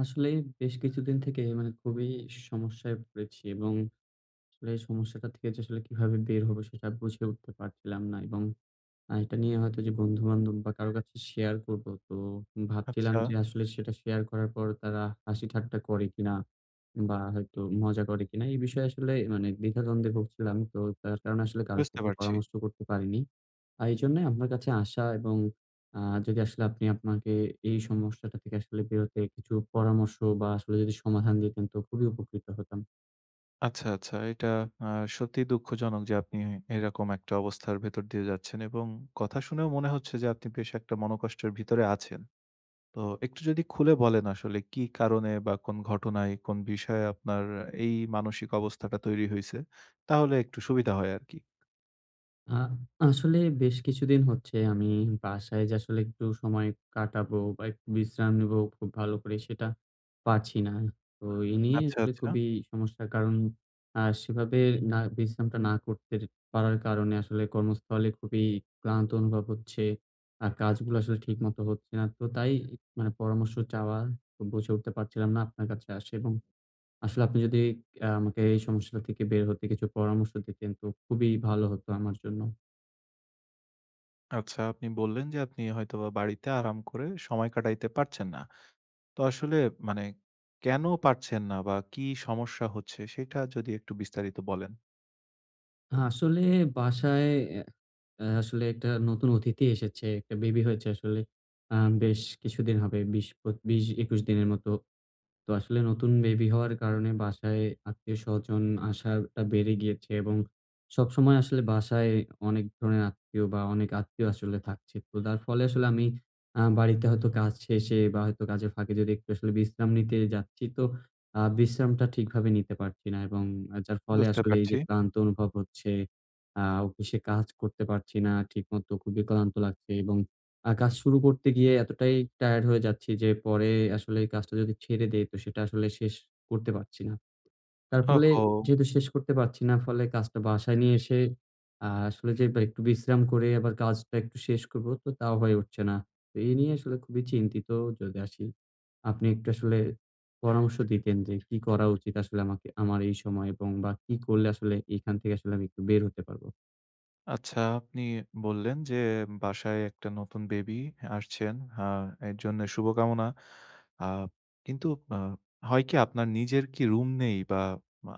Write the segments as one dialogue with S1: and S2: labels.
S1: আসলে বেশ কিছুদিন থেকে মানে খুবই সমস্যায় পড়েছি, এবং আসলে এই সমস্যাটা থেকে যে আসলে কিভাবে বের হবো সেটা বুঝে উঠতে পারছিলাম না, এবং এটা নিয়ে হয়তো যে বন্ধু-বান্ধব বা কারো কাছে শেয়ার করব। তো ভাবছিলাম
S2: আচ্ছা,
S1: যে আসলে সেটা শেয়ার করার পর তারা হাসি ঠাট্টা করে কিনা বা হয়তো মজা করে কিনা? এই বিষয়ে আসলে মানে দ্বিধাদ্বন্দ্বে ভুগছিলাম। তো তার কারণে আসলে কারো
S2: বুঝতে
S1: সাথে
S2: পারছি।
S1: পরামর্শ করতে পারিনি। এইজন্যই আপনার কাছে আসা, এবং আ যদি আসলে আপনি আপনাকে এই সমস্যাটা থেকে আসলে বেরোতে কিছু পরামর্শ বা আসলে যদি সমাধান দিতেন, তো খুবই উপকৃত হতাম।
S2: আচ্ছা, আচ্ছা। এটা আ সত্যিই দুঃখজনক যে আপনি এরকম একটা অবস্থার ভেতর দিয়ে যাচ্ছেন এবং কথা শুনেও মনে হচ্ছে যে আপনি বেশ একটা মনোকষ্টের ভিতরে আছেন। তো একটু যদি খুলে বলেন আসলে কি কারণে বা কোন ঘটনায়, কোন বিষয়ে আপনার এই মানসিক অবস্থাটা তৈরি হইছে? তাহলে একটু সুবিধা হয় আরকি।
S1: আ আসলে বেশ কিছুদিন হচ্ছে আমি বাসায় যে আসলে একটু সময় কাটাবো বা একটু বিশ্রাম নিবো, খুব ভালো করে সেটা পারছি না। তো এই নিয়ে
S2: আচ্ছা,
S1: আসলে
S2: আচ্ছা।
S1: খুবই সমস্যা। কারণ সেভাবে না বিশ্রামটা না করতে পারার কারণে আসলে কর্মস্থলে খুবই ক্লান্ত অনুভব হচ্ছে। আর কাজগুলো আসলে ঠিকমতো হচ্ছে না। তো তাই মানে পরামর্শ চাওয়া তো বুঝে উঠতে পারছিলাম না, আপনার কাছে আসে এবং আসলে আপনি যদি আমাকে এই সমস্যাটা থেকে বের হতে কিছু পরামর্শ দিতেন, তো খুবই ভালো হতো আমার জন্য।
S2: আচ্ছা, আপনি বললেন যে আপনি হয়তোবা বাড়িতে আরাম করে সময় কাটাইতে পারছেন না। তো আসলে মানে কেন পারছেন না বা কি সমস্যা হচ্ছে সেটা যদি একটু বিস্তারিত বলেন?
S1: আসলে বাসায় অ্যা আসলে একটা নতুন অতিথি এসেছে। একটা বেবি হয়েছে আসলে। আ বেশ কিছুদিন হবে। ২০-২১ দিনের মতো। তো আসলে নতুন বেবি হওয়ার কারণে বাসায় আত্মীয়স্বজন আসাটা বেড়ে গিয়েছে, এবং সবসময় আসলে বাসায় অনেক ধরনের আত্মীয় বা অনেক আত্মীয় আসলে থাকছে। তো যার ফলে আসলে আমি বাড়িতে হয়তো কাজ শেষে বা হয়তো কাজের ফাঁকে যদি একটু আসলে বিশ্রাম নিতে যাচ্ছি, তো বিশ্রামটা ঠিকভাবে নিতে পারছি না, এবং যার ফলে
S2: বুঝতে
S1: আসলে এই যে
S2: পারছি।
S1: ক্লান্ত অনুভব হচ্ছে, অফিসে কাজ করতে পারছি না ঠিকমতো, খুবই ক্লান্ত লাগছে, এবং কাজ শুরু করতে গিয়ে এতটাই টায়ার্ড হয়ে যাচ্ছি, যে পরে আসলে এই কাজটা যদি ছেড়ে দেই, তো সেটা আসলে শেষ করতে পারছি না। তার ফলে,
S2: ওহো!
S1: যেহেতু শেষ করতে পারছি না, ফলে কাজটা বাসায় নিয়ে এসে আসলে যে বা একটু বিশ্রাম করে আবার কাজটা একটু শেষ করব, তো তাও হয়ে উঠছে না। তো এই নিয়ে আসলে খুবই চিন্তিত, যদি আসি। আপনি একটু আসলে পরামর্শ দিতেন যে কি করা উচিত আসলে আমাকে আমার এই সময়, এবং বা কি করলে আসলে এখান থেকে আসলে আমি একটু বের হতে পারবো?
S2: আচ্ছা, আপনি বললেন যে বাসায় একটা নতুন বেবি আসছেন। আ এর জন্য শুভকামনা। আ কিন্তু আ হয় কি আপনার নিজের কি রুম নেই বা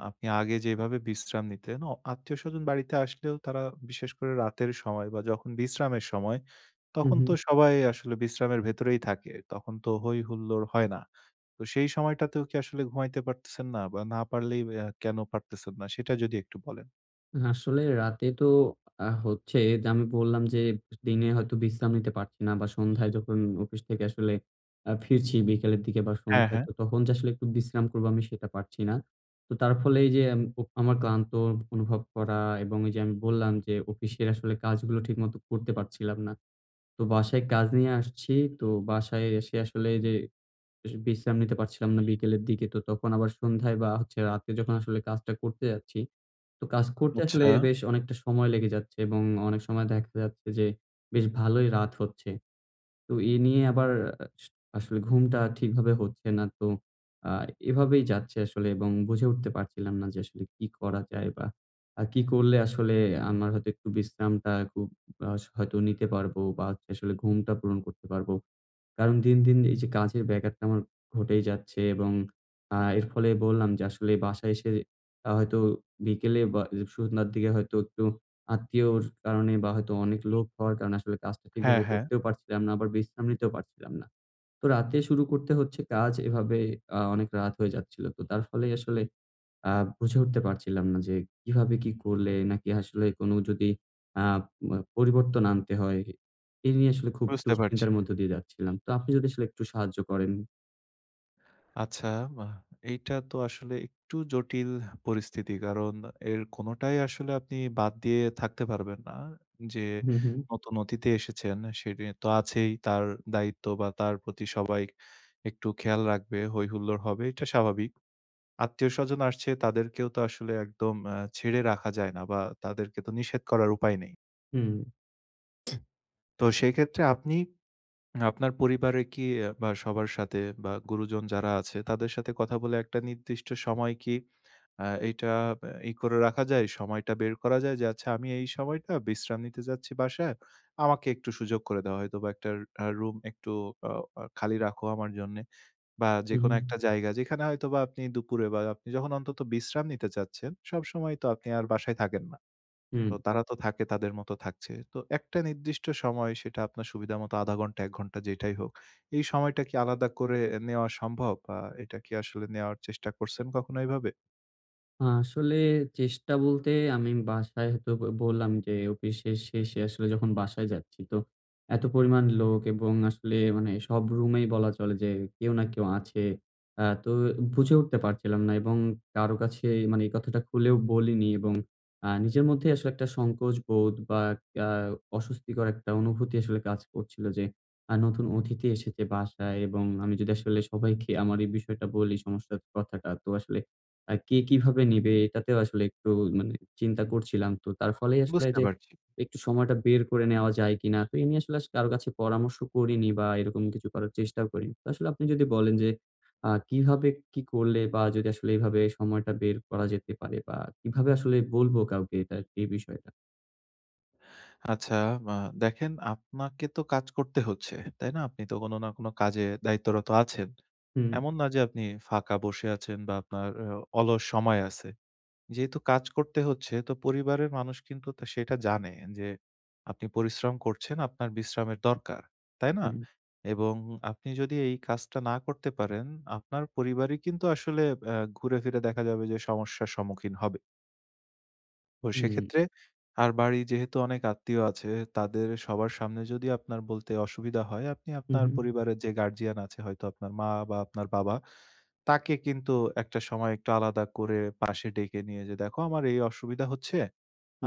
S2: আপনি আগে যেভাবে বিশ্রাম নিতেন, আত্মীয়স্বজন বাড়িতে আসলেও তারা বিশেষ করে রাতের সময় বা যখন বিশ্রামের সময়,
S1: হুম,
S2: তখন
S1: হুম।
S2: তো সবাই আসলে বিশ্রামের ভেতরেই থাকে। তখন তো হৈ হুল্লোড় হয় না। তো সেই সময়টাতেও কি আসলে ঘুমাইতে পারতেছেন না? বা না পারলেই কেন পারতেছেন না? সেটা যদি একটু বলেন।
S1: আসলে রাতে তো হচ্ছে, যে আমি বললাম যে দিনে হয়তো বিশ্রাম নিতে পারছি না, বা সন্ধ্যায় যখন অফিস থেকে আসলে ফিরছি বিকেলের দিকে বা
S2: হ্যাঁ,
S1: সন্ধ্যায়,
S2: হ্যাঁ।
S1: তো তখন যে আসলে একটু বিশ্রাম করবো আমি, সেটা পারছি না। তো তার ফলে এই যে ও আমার ক্লান্ত অনুভব করা, এবং এই যে আমি বললাম যে অফিসের আসলে কাজগুলো ঠিকমতো করতে পারছিলাম না। তো বাসায় কাজ নিয়ে আসছি। তো বাসায় এসে আসলে যে বিশ্রাম নিতে পারছিলাম না বিকেলের দিকে। তো তখন আবার সন্ধ্যায় বা হচ্ছে রাতে, যখন আসলে কাজটা করতে যাচ্ছি, তো কাজ করতে আসলে
S2: আচ্ছা।
S1: বেশ অনেকটা সময় লেগে যাচ্ছে, এবং অনেক সময় দেখা যাচ্ছে যে বেশ ভালোই রাত হচ্ছে। তো এ নিয়ে আবার আস আসলে ঘুমটা ঠিকভাবে হচ্ছে না। তো আ এভাবেই যাচ্ছে আসলে, এবং বুঝে উঠতে পারছিলাম না যে আসলে কি করা যায়, বা কি করলে আসলে আমার হয়তো একটু বিশ্রামটা খুব হয়তো নিতে পারবো, বা হচ্ছে আসলে ঘুমটা পূরণ করতে পারবো। কারণ দিন, দিন এই যে কাজের ব্যাঘাতটা আমার ঘটেই যাচ্ছে, এবং এর ফলে বললাম যে আসলে বাসায় এসে হয়তো বিকেলে বা সন্ধ্যার দিকে হয়তো একটু আত্মীয়র কারণে বা হয়তো অনেক লোক হওয়ার কারণে আসলে কাজটা
S2: হ্যাঁ,
S1: ঠিকভাবে
S2: হ্যাঁ।
S1: করতেও পারছিলাম না, আবার বিশ্রাম নিতেও পারছিলাম না। তো রাতে শুরু করতে হচ্ছে কাজ, এভাবে অনেক রাত হয়ে যাচ্ছিল। তো তার ফলেই আসলে আ বুঝে উঠতে পারছিলাম না যে কিভাবে কি করলে, নাকি আসলে কোনো যদি আ মা পরিবর্তন আনতে হয়, এই নিয়ে আসলে খুব
S2: বুঝতে পারছি।
S1: দুশ্চিন্তার মধ্য দিয়ে যাচ্ছিলাম। তো আপনি যদি আসলে একটু সাহায্য করেন।
S2: আচ্ছা, বাহ! এইটা তো আসলে একটু জটিল পরিস্থিতি। কারণ এর কোনটাই আসলে আপনি বাদ দিয়ে থাকতে পারবেন না। যে
S1: হুম, হুম,
S2: নতুন অতিথি এসেছেন সেটি তো আছেই। তার দায়িত্ব বা তার প্রতি সবাই একটু খেয়াল রাখবে। হই-হুল্লোড় হবে, এটা স্বাভাবিক। আত্মীয়স্বজন আসছে তাদেরকেও তো আসলে একদম ছেড়ে রাখা যায় না বা তাদেরকে তো নিষেধ করার উপায় নেই।
S1: হুম,
S2: তো সেক্ষেত্রে আপনি আপনার পরিবারে কি বা সবার সাথে বা গুরুজন যারা আছে তাদের সাথে কথা বলে একটা নির্দিষ্ট সময় কি এইটা ই করে রাখা যায়? সময়টা বের করা যায় যে, "আচ্ছা আমি এই সময়টা বিশ্রাম নিতে যাচ্ছি বাসায়। আমাকে একটু সুযোগ করে দাও। হয়তোবা একটা রুম একটু আ আ খালি রাখো আমার জন্যে।" বা যেকোনো
S1: হুম,
S2: একটা জায়গা যেখানে হয়তোবা আপনি দুপুরে বা আপনি যখন অন্তত বিশ্রাম নিতে চাচ্ছেন, সবসময় তো আপনি আর বাসায় থাকেন না।
S1: হুম।
S2: তো তারা তো থাকে তাদের মতো থাকছে। তো একটা নির্দিষ্ট সময় সেটা আপনার সুবিধামতো ০.৫ ঘন্টা ১ ঘন্টা যেটাই হোক। এই সময়টা কি আলাদা করে নেওয়া সম্ভব? বা এটা কি আসলে নেওয়ার চেষ্টা করছেন কখনো এভাবে?
S1: আসলে চেষ্টা বলতে, আমি বাসায় হয়তো বললাম যে অফিসের শেষে আসলে যখন বাসায় যাচ্ছি, তো এত পরিমাণ লোক, এবং আসলে মানে সব রুমেই বলা চলে যে কেউ না কেউ আছে। তো বুঝে উঠতে পারছিলাম না, এবং কারো কাছে মানে এই কথাটা খুলেও বলিনি, এবং নিজের মধ্যেই আসলে একটা সংকোচ বোধ, বা আ অস্বস্তিকর একটা অনুভূতি আসলে কাজ করছিল, যে নতুন অতিথি এসেছে বাসায়, এবং আমি যদি আসলে সবাইকে আমার এই বিষয়টা বলি, সমস্যার কথাটা, তো আসলে কে কিভাবে নিবে, এটাতেও আসলে একটু মানে চিন্তা করছিলাম। তো তার ফলেই আসলে
S2: বুঝতে
S1: যে
S2: পারছি।
S1: একটু সময়টা বের করে নেওয়া যায় কিনা? তো এ নিয়ে আসলে কারো কাছে পরামর্শ করিনি, বা এরকম কিছু করার চেষ্টাও করিনি। তো আসলে আপনি যদি বলেন, যে কিভাবে কি করলে, বা যদি আসলে এভাবে সময়টা বের করা যেতে পারে, বা কিভাবে আসলে বলবো কাউকে এটা, এই বিষয়টা?
S2: আচ্ছা, আ দেখেন আপনাকে তো কাজ করতে হচ্ছে, তাই না? আপনি তো কোনো না কোনো কাজে দায়িত্বরত আছেন।
S1: হুম,
S2: এমন না যে আপনি ফাঁকা বসে আছেন বা আপনার অলস সময় আছে। যেহেতু কাজ করতে হচ্ছে তো পরিবারের মানুষ কিন্তু তা সেটা জানে যে আপনি পরিশ্রম করছেন, আপনার বিশ্রামের দরকার। তাই না?
S1: হুম,
S2: এবং আপনি যদি এই কাজটা না করতে পারেন, আপনার পরিবারই কিন্তু আসলে ঘুরে ফিরে দেখা যাবে যে সমস্যার সম্মুখীন হবে। তো
S1: হুম,
S2: সেক্ষেত্রে আর বাড়ি যেহেতু অনেক আত্মীয় আছে, তাদের সবার সামনে যদি আপনার বলতে অসুবিধা হয়, আপনি
S1: হুম,
S2: আপনার
S1: হুম,
S2: পরিবারের যে গার্ডিয়ান আছে হয়তো আপনার মা বা আপনার বাবা, তাকে কিন্তু একটা সময় একটু আলাদা করে পাশে ডেকে নিয়ে যে, "দেখো আমার এই অসুবিধা হচ্ছে।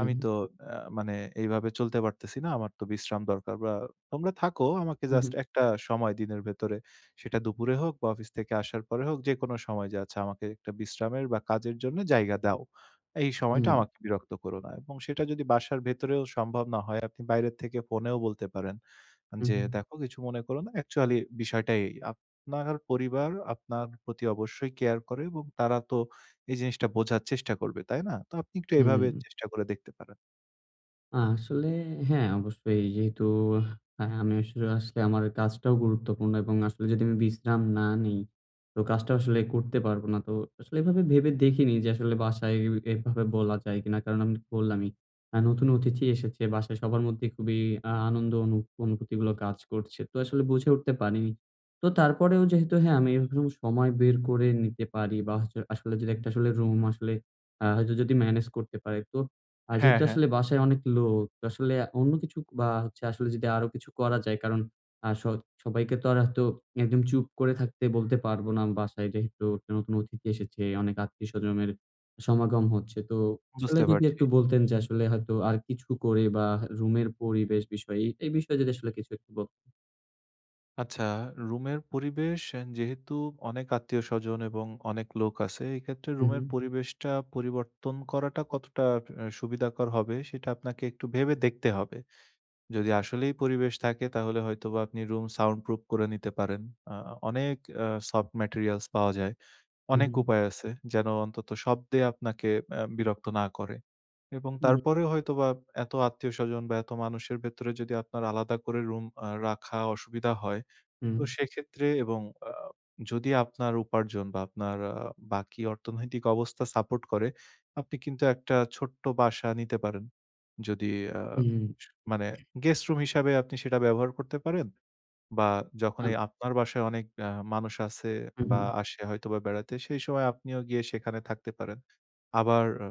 S2: আমি তো মানে এইভাবে চলতে পারতেছি না। আমার তো বিশ্রাম দরকার বা তোমরা থাকো আমাকে
S1: হুম,
S2: জাস্ট একটা সময় দিনের ভেতরে, সেটা দুপুরে হোক বা অফিস থেকে আসার পরে হোক যেকোনো সময় যে আচ্ছা আমাকে একটা বিশ্রামের বা কাজের জন্য জায়গা দাও।" এই সময়টা
S1: হুম,
S2: আমাকে বিরক্ত করো না। এবং সেটা যদি বাসার ভেতরেও সম্ভব না হয়, আপনি বাইরের থেকে ফোনেও বলতে পারেন যে,
S1: হুম,
S2: "দেখো কিছু মনে করো না। অ্যাকচুয়ালি বিষয়টা এই। আপনার পরিবার আপনার প্রতি অবশ্যই কেয়ার করে এবং তারা তো এই জিনিসটা বোঝার চেষ্টা করবে, তাই না? তো আপনি একটু এভাবে
S1: হুম।
S2: চেষ্টা করে দেখতে পারেন।"
S1: আসলে হ্যাঁ, অবশ্যই। যেহেতু হ্যাঁ, আমি আসলে আসলে আমার কাজটাও গুরুত্বপূর্ণ, এবং আসলে যদি আমি বিশ্রাম না নেই, তো কাজটা আসলে করতে পারব না। তো আসলে এভাবে ভেবে দেখিনি যে আসলে বাসায় এভাবে বলা যায় কিনা। কারণ আমি বললামই, নতুন অতিথি এসেছে। বাসায় সবার মধ্যে খুবই আনন্দ অনুভূতিগুলো কাজ করছে। তো আসলে বুঝে উঠতে পারিনি। তো তারপরেও যেহেতু হ্যাঁ, আমি এরকম সময় বের করে নিতে পারি, বা হচ্ছে আসলে যদি একটা আসলে রুম আসলে হয়তো যদি ম্যানেজ করতে পারি, তো আর
S2: হ্যাঁ,
S1: যেহেতু
S2: হ্যাঁ,
S1: আসলে বাসায় অনেক লোক, তো আসলে অন্য কিছু, বা হচ্ছে আসলে যদি আরো কিছু করা যায়, কারণ আ স সবাইকে তো আর হয়তো একদম চুপ করে থাকতে বলতে পারব না, বাসায় যেহেতু একটা নতুন অতিথি এসেছে, অনেক আত্মীয়স্বজনের সমাগম হচ্ছে। তো আসলে
S2: বুঝতে
S1: যদি
S2: পারছি।
S1: একটু বলতেন যে আসলে হয়তো আর কিছু করে, বা রুমের পরিবেশ বিষয়ে, এই বিষয়ে, যদি আসলে কিছু একটু বলতেন।
S2: আচ্ছা, রুমের পরিবেশ যেহেতু অনেক আত্মীয়স্বজন এবং অনেক লোক আছে, এক্ষেত্রে
S1: হু, হু,
S2: রুমের পরিবেশটা পরিবর্তন করাটা কতটা সুবিধাকর হবে সেটা আপনাকে একটু ভেবে দেখতে হবে। যদি আসলেই পরিবেশ থাকে তাহলে হয়তোবা আপনি রুম সাউন্ড প্রুফ করে নিতে পারেন। আ অনেক সফট ম্যাটেরিয়ালস পাওয়া যায়।
S1: হু,
S2: অনেক উপায় আছে যেন অন্তত শব্দে আপনাকে বিরক্ত না করে। এবং
S1: হু,
S2: তারপরেও হয়তোবা এত আত্মীয়স্বজন বা এত মানুষের ভেতরে যদি আপনার আলাদা করে রুম রাখা অসুবিধা হয়
S1: হু,
S2: তো সেক্ষেত্রে এবং আ যদি আপনার উপার্জন বা আপনার বাকি অর্থনৈতিক অবস্থা সাপোর্ট করে, আপনি কিন্তু একটা ছোট্ট বাসা নিতে পারেন। যদি আ
S1: হু, হু,
S2: মানে গেস্ট রুম হিসাবে আপনি সেটা ব্যবহার করতে পারেন বা যখন
S1: আ
S2: এই আপনার বাসায় অনেক মানুষ আছে
S1: হু, হু,
S2: বা আসে হয়তোবা বেড়াতে, সেই সময় আপনিও গিয়ে সেখানে থাকতে পারেন। আবার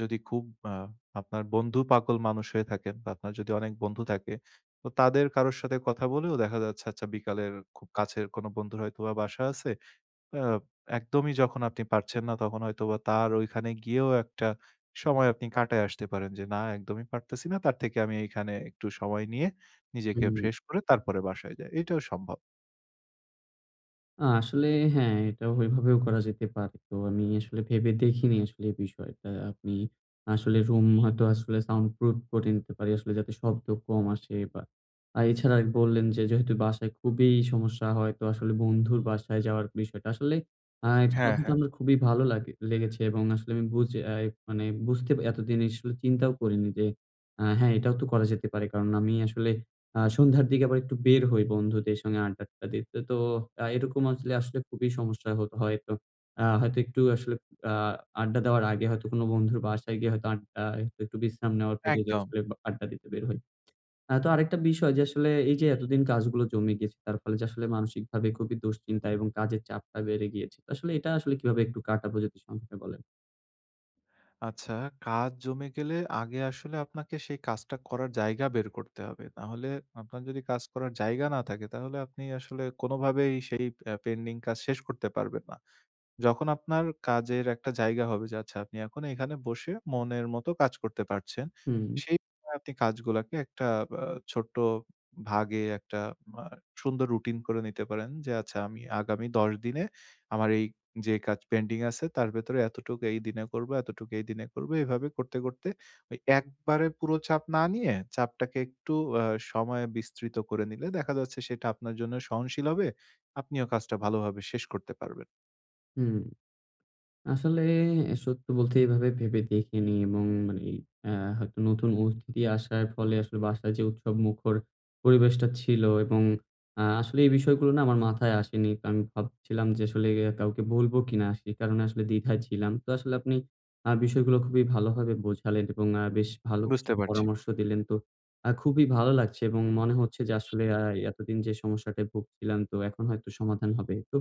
S2: যদি খুব আ আপনার বন্ধু-পাগল মানুষ হয়ে থাকেন বা আপনার যদি অনেক বন্ধু থাকে, তো তাদের কারো সাথে কথা বলেও দেখা যাচ্ছে আচ্ছা বিকালের খুব কাছের কোনো বন্ধুর হয়তোবা বাসা আছে। আ একদমই যখন আপনি পারছেন না তখন হয়তোবা তার ওইখানে গিয়েও একটা সময় আপনি কাটায় আসতে পারেন যে, "না একদমই পারতেছি না। তার থেকে আমি এইখানে একটু সময় নিয়ে
S1: হু।
S2: নিজেকে ফ্রেশ করে তারপরে বাসায় যাই।" এটাও সম্ভব।
S1: আসলে হ্যাঁ, এটা ওইভাবেও করা যেতে পারে। তো আমি আসলে ভেবে দেখিনি আসলে এই বিষয়টা। আপনি আসলে রুম হয়তো আসলে সাউন্ড প্রুফ করে নিতে পারি আসলে, যাতে শব্দ কম আসে, বা এছাড়া বললেন যে, যেহেতু বাসায় খুবই সমস্যা হয়, তো আসলে বন্ধুর বাসায় যাওয়ার বিষয়টা আসলে, এই
S2: হ্যাঁ,
S1: কথাটা
S2: হ্যাঁ।
S1: আমার খুবই ভালো লেগেছে, এবং আসলে আমি বুঝে মানে বুঝতে এতদিন আসলে চিন্তাও করিনি যে, হ্যাঁ, এটাও তো করা যেতে পারে। কারণ আমি আসলে সন্ধ্যার দিকে আবার একটু বের হই বন্ধুদের সঙ্গে আড্ডা-টাড্ডা দিতে। তো এরকম আসলে আসলে খুবই সমস্যা হতো হয়তো। হয়তো একটু আসলে আ আড্ডা দেওয়ার আগে হয়তো কোনো বন্ধুর বাসায় গিয়ে হয়তো আড্ডা একটু, একটু বিশ্রাম নেওয়ার পর যদি
S2: একদম।
S1: আসলে, বা আড্ডা দিতে বের হই। তো আরেকটা বিষয় যে আসলে এই যে এতদিন কাজগুলো জমে গিয়েছে, তার ফলে যে আসলে মানসিকভাবে খুবই দুশ্চিন্তা, এবং কাজের চাপটা বেড়ে গিয়েছে। তো আসলে এটা আসলে কিভাবে একটু কাটাবো, যদি সংক্ষেপে বলেন?
S2: আচ্ছা, কাজ জমে গেলে আগে আসলে আপনাকে সেই কাজটা করার জায়গা বের করতে হবে। নাহলে আপনার যদি কাজ করার জায়গা না থাকে তাহলে আপনি আসলে কোনোভাবেই সেই পেন্ডিং কাজ শেষ করতে পারবেন না। যখন আপনার কাজের একটা জায়গা হবে যে আচ্ছা আপনি এখন এখানে বসে মনের মতো কাজ করতে পারছেন।
S1: হুম,
S2: সেই সময় আপনি কাজগুলাকে একটা আ ছোট্ট ভাগে একটা আ সুন্দর রুটিন করে নিতে পারেন যে আচ্ছা আমি আগামী ১০ দিনে আমার এই যে কাজ পেন্ডিং আছে তার ভেতরে এতটুকু এই দিনে করব, এতটুকু এই দিনে করব। এভাবে করতে, করতে ওই একবারে পুরো চাপ না নিয়ে চাপটাকে একটু আ সময়ে বিস্তৃত করে নিলে দেখা যাচ্ছে সেটা আপনার জন্য সহনশীল হবে। আপনিও কাজটা ভালোভাবে শেষ করতে পারবেন।
S1: হুম। আসলে সত্য বলতে এভাবে ভেবে দেখিনি, এবং মানে আ হয়তো নতুন অতিথি আসার ফলে আসলে বাসায় যে উৎসবমুখর পরিবেশটা ছিল, এবং আসলে এই বিষয়গুলো না আমার মাথায় আসেনি। তো আমি ভাবছিলাম যে আসলে কাউকে বলবো কিনা? সে কারণে আসলে দ্বিধায় ছিলাম। তো আসলে আপনি বিষয়গুলো খুবই ভালোভাবে বোঝালেন, এবং বেশ ভালো কিছু
S2: বুঝতে পারছি।
S1: পরামর্শ দিলেন। তো খুবই ভালো লাগছে, এবং মনে হচ্ছে যে আসলে এতদিন যে সমস্যাটায় ভুগছিলাম, তো এখন হয়তো সমাধান হবে। তো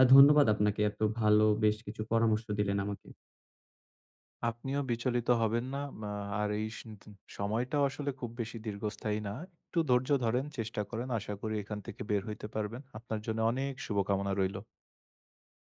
S1: ধন্যবাদ আপনাকে। এত ভালো বেশ কিছু পরামর্শ দিলেন আমাকে।
S2: আপনিও বিচলিত হবেন না। আর এই সময়টাও আসলে খুব বেশি দীর্ঘস্থায়ী না। একটু ধৈর্য ধরেন, চেষ্টা করেন। আশা করি এখান থেকে বের হইতে পারবেন। আপনার জন্য অনেক শুভকামনা রইল।